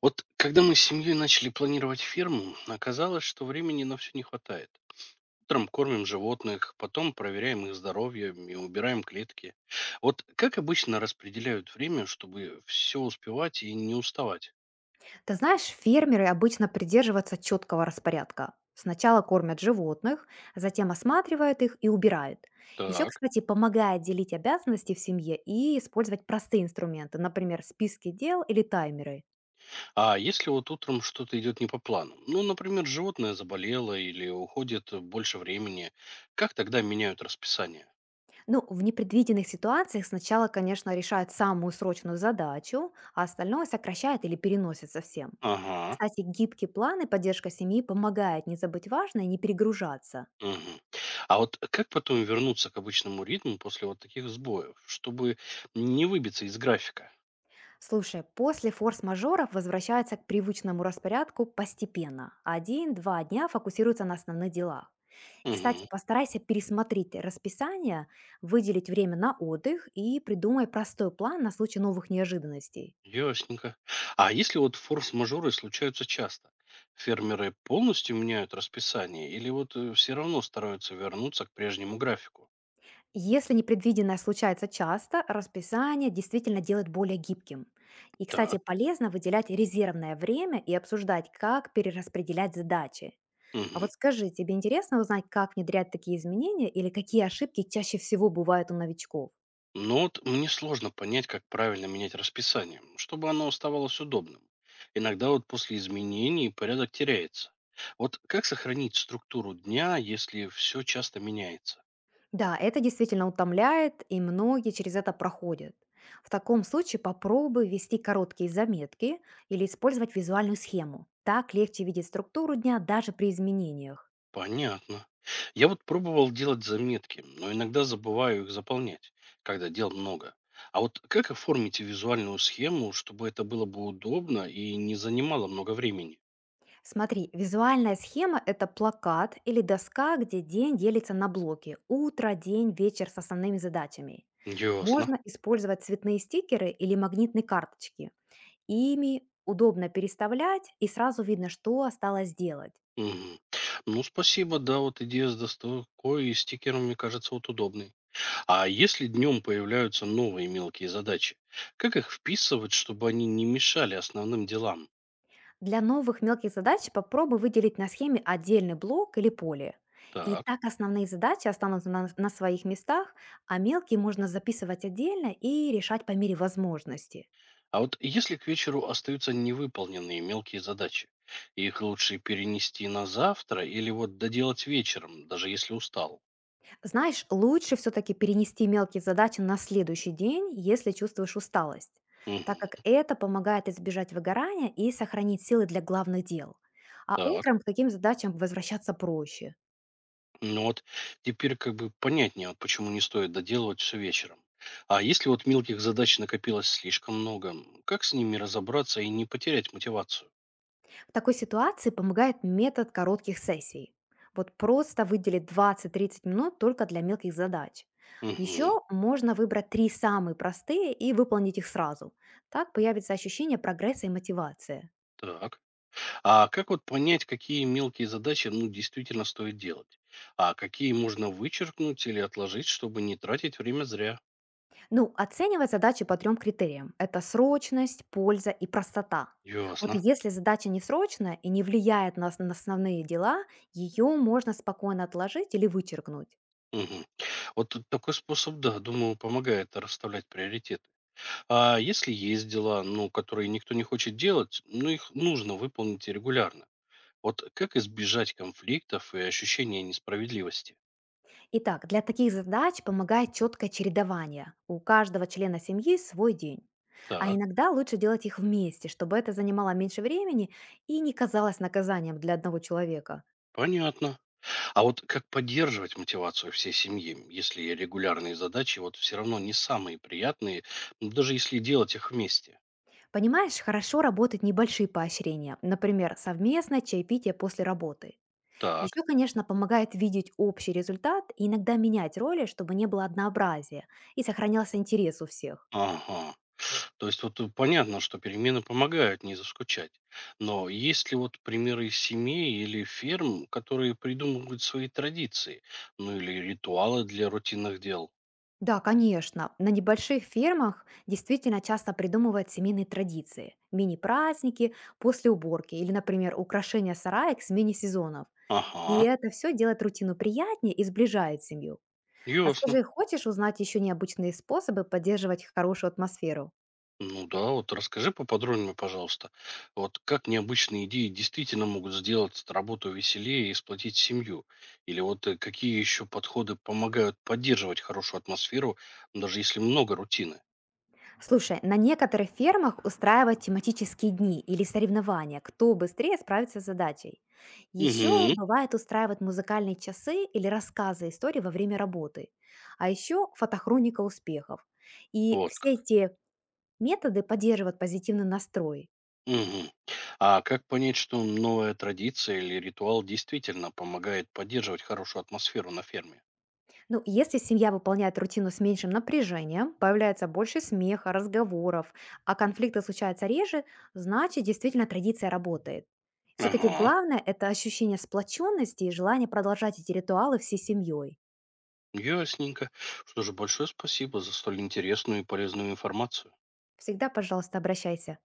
Вот когда мы с семьей начали планировать ферму, оказалось, что времени на все не хватает. Утром кормим животных, потом проверяем их здоровье и убираем клетки. Вот как обычно распределяют время, чтобы все успевать и не уставать? Ты знаешь, фермеры обычно придерживаются четкого распорядка. Сначала кормят животных, затем осматривают их и убирают. Еще, Так. кстати, помогает делить обязанности в семье и использовать простые инструменты, например, списки дел или таймеры. А если вот утром что-то идет не по плану? Ну, например, животное заболело или уходит больше времени, как тогда меняют расписание? Ну, в непредвиденных ситуациях сначала, конечно, решают самую срочную задачу, а остальное сокращают или переносят совсем. Ага. Кстати, гибкие планы поддержка семьи помогает не забыть важное и не перегружаться. Мгм. А вот как потом вернуться к обычному ритму после вот таких сбоев, чтобы не выбиться из графика? Слушай, после форс-мажоров возвращается к привычному распорядку постепенно. Один-два дня фокусируется на основных делах. И, Мгм. кстати, постарайся пересмотреть расписание, выделить время на отдых и придумай простой план на случай новых неожиданностей. Ясненько. А если вот форс-мажоры случаются часто? Фермеры полностью меняют расписание или вот все равно стараются вернуться к прежнему графику? Если непредвиденное случается часто, расписание действительно делает более гибким. И, кстати, Так. полезно выделять резервное время и обсуждать, как перераспределять задачи. А Мгм. вот скажи, тебе интересно узнать, как внедрять такие изменения или какие ошибки чаще всего бывают у новичков? Но вот мне сложно понять, как правильно менять расписание, чтобы оно оставалось удобным. Иногда вот после изменений порядок теряется. Вот как сохранить структуру дня, если все часто меняется? Да, это действительно утомляет, и многие через это проходят. В таком случае попробуй вести короткие заметки или использовать визуальную схему. Так легче видеть структуру дня даже при изменениях. Понятно. Я вот пробовал делать заметки, но иногда забываю их заполнять, когда дел много. А вот как оформить визуальную схему, чтобы это было бы удобно и не занимало много времени? Смотри, визуальная схема – это плакат или доска, где день делится на блоки – утро, день, вечер с основными задачами. Ясно. Можно использовать цветные стикеры или магнитные карточки. Ими удобно переставлять, и сразу видно, что осталось делать. Мгм. Ну, спасибо, да, вот идея с доставкой и стикером, мне кажется, вот удобной. А если днем появляются новые мелкие задачи, как их вписывать, чтобы они не мешали основным делам? Для новых мелких задач попробуй выделить на схеме отдельный блок или поле. И Так. так основные задачи останутся на своих местах, а мелкие можно записывать отдельно и решать по мере возможности. А вот если к вечеру остаются невыполненные мелкие задачи, их лучше перенести на завтра или вот доделать вечером, даже если устал? Знаешь, лучше все-таки перенести мелкие задачи на следующий день, если чувствуешь усталость, так как Мгм. это помогает избежать выгорания и сохранить силы для главных дел. А Так. утром к таким задачам возвращаться проще. Ну вот теперь как бы понятнее, вот почему не стоит доделывать все вечером. А если вот мелких задач накопилось слишком много, как с ними разобраться и не потерять мотивацию? В такой ситуации помогает метод коротких сессий. Вот просто выделить 20-30 минут только для мелких задач. Мгм. Еще можно выбрать три самые простые и выполнить их сразу. Так появится ощущение прогресса и мотивации. Так. А как вот понять, какие мелкие задачи, ну, действительно стоит делать? А какие можно вычеркнуть или отложить, чтобы не тратить время зря? Ну, оценивать задачи по трем критериям. Это срочность, польза и простота. Вот Ясно. если задача не срочная и не влияет на на основные дела, ее можно спокойно отложить или вычеркнуть. Мгм. Вот тут такой способ, да, думаю, помогает расставлять приоритеты. А если есть дела, ну, которые никто не хочет делать, ну их нужно выполнить регулярно? Вот как избежать конфликтов и ощущения несправедливости? Итак, для таких задач помогает четкое чередование. У каждого члена семьи свой день. А Так, иногда лучше делать их вместе, чтобы это занимало меньше времени и не казалось наказанием для одного человека. понятно. А вот как поддерживать мотивацию всей семьи, если регулярные задачи вот все равно не самые приятные, ну, даже если делать их вместе? Понимаешь, хорошо работают небольшие поощрения, например, совместное чаепитие после работы. Так, Еще, конечно, помогает видеть общий результат и иногда менять роли, чтобы не было однообразия и сохранялся интерес у всех. ага. То есть вот понятно, что перемены помогают не заскучать. Но есть ли вот примеры семей или ферм, которые придумывают свои традиции, ну или ритуалы для рутинных дел? Да, конечно. На небольших фермах действительно часто придумывают семейные традиции. Мини-праздники после уборки или, например, украшение сарая к смене сезонов. И Ага, это все делает рутину приятнее и сближает семью. А ясно. скажи, хочешь узнать еще необычные способы поддерживать хорошую атмосферу? Ну да, вот расскажи поподробнее, пожалуйста, вот как необычные идеи действительно могут сделать работу веселее и сплотить семью? Или вот какие еще подходы помогают поддерживать хорошую атмосферу, даже если много рутины? Слушай, на некоторых фермах устраивают тематические дни или соревнования, кто быстрее справится с задачей. Еще Угу, бывает устраивать музыкальные часы или рассказы истории во время работы. А еще фотохроника успехов. И вот все как. эти методы поддерживают позитивный настрой. Мгм. А как понять, что новая традиция или ритуал действительно помогает поддерживать хорошую атмосферу на ферме? Ну, если семья выполняет рутину с меньшим напряжением, появляется больше смеха, разговоров, а конфликты случаются реже, значит, действительно традиция работает. Все-таки Ага, главное – это ощущение сплоченности и желание продолжать эти ритуалы всей семьей. ясненько. Что же, большое спасибо за столь интересную и полезную информацию. Всегда, пожалуйста, обращайся.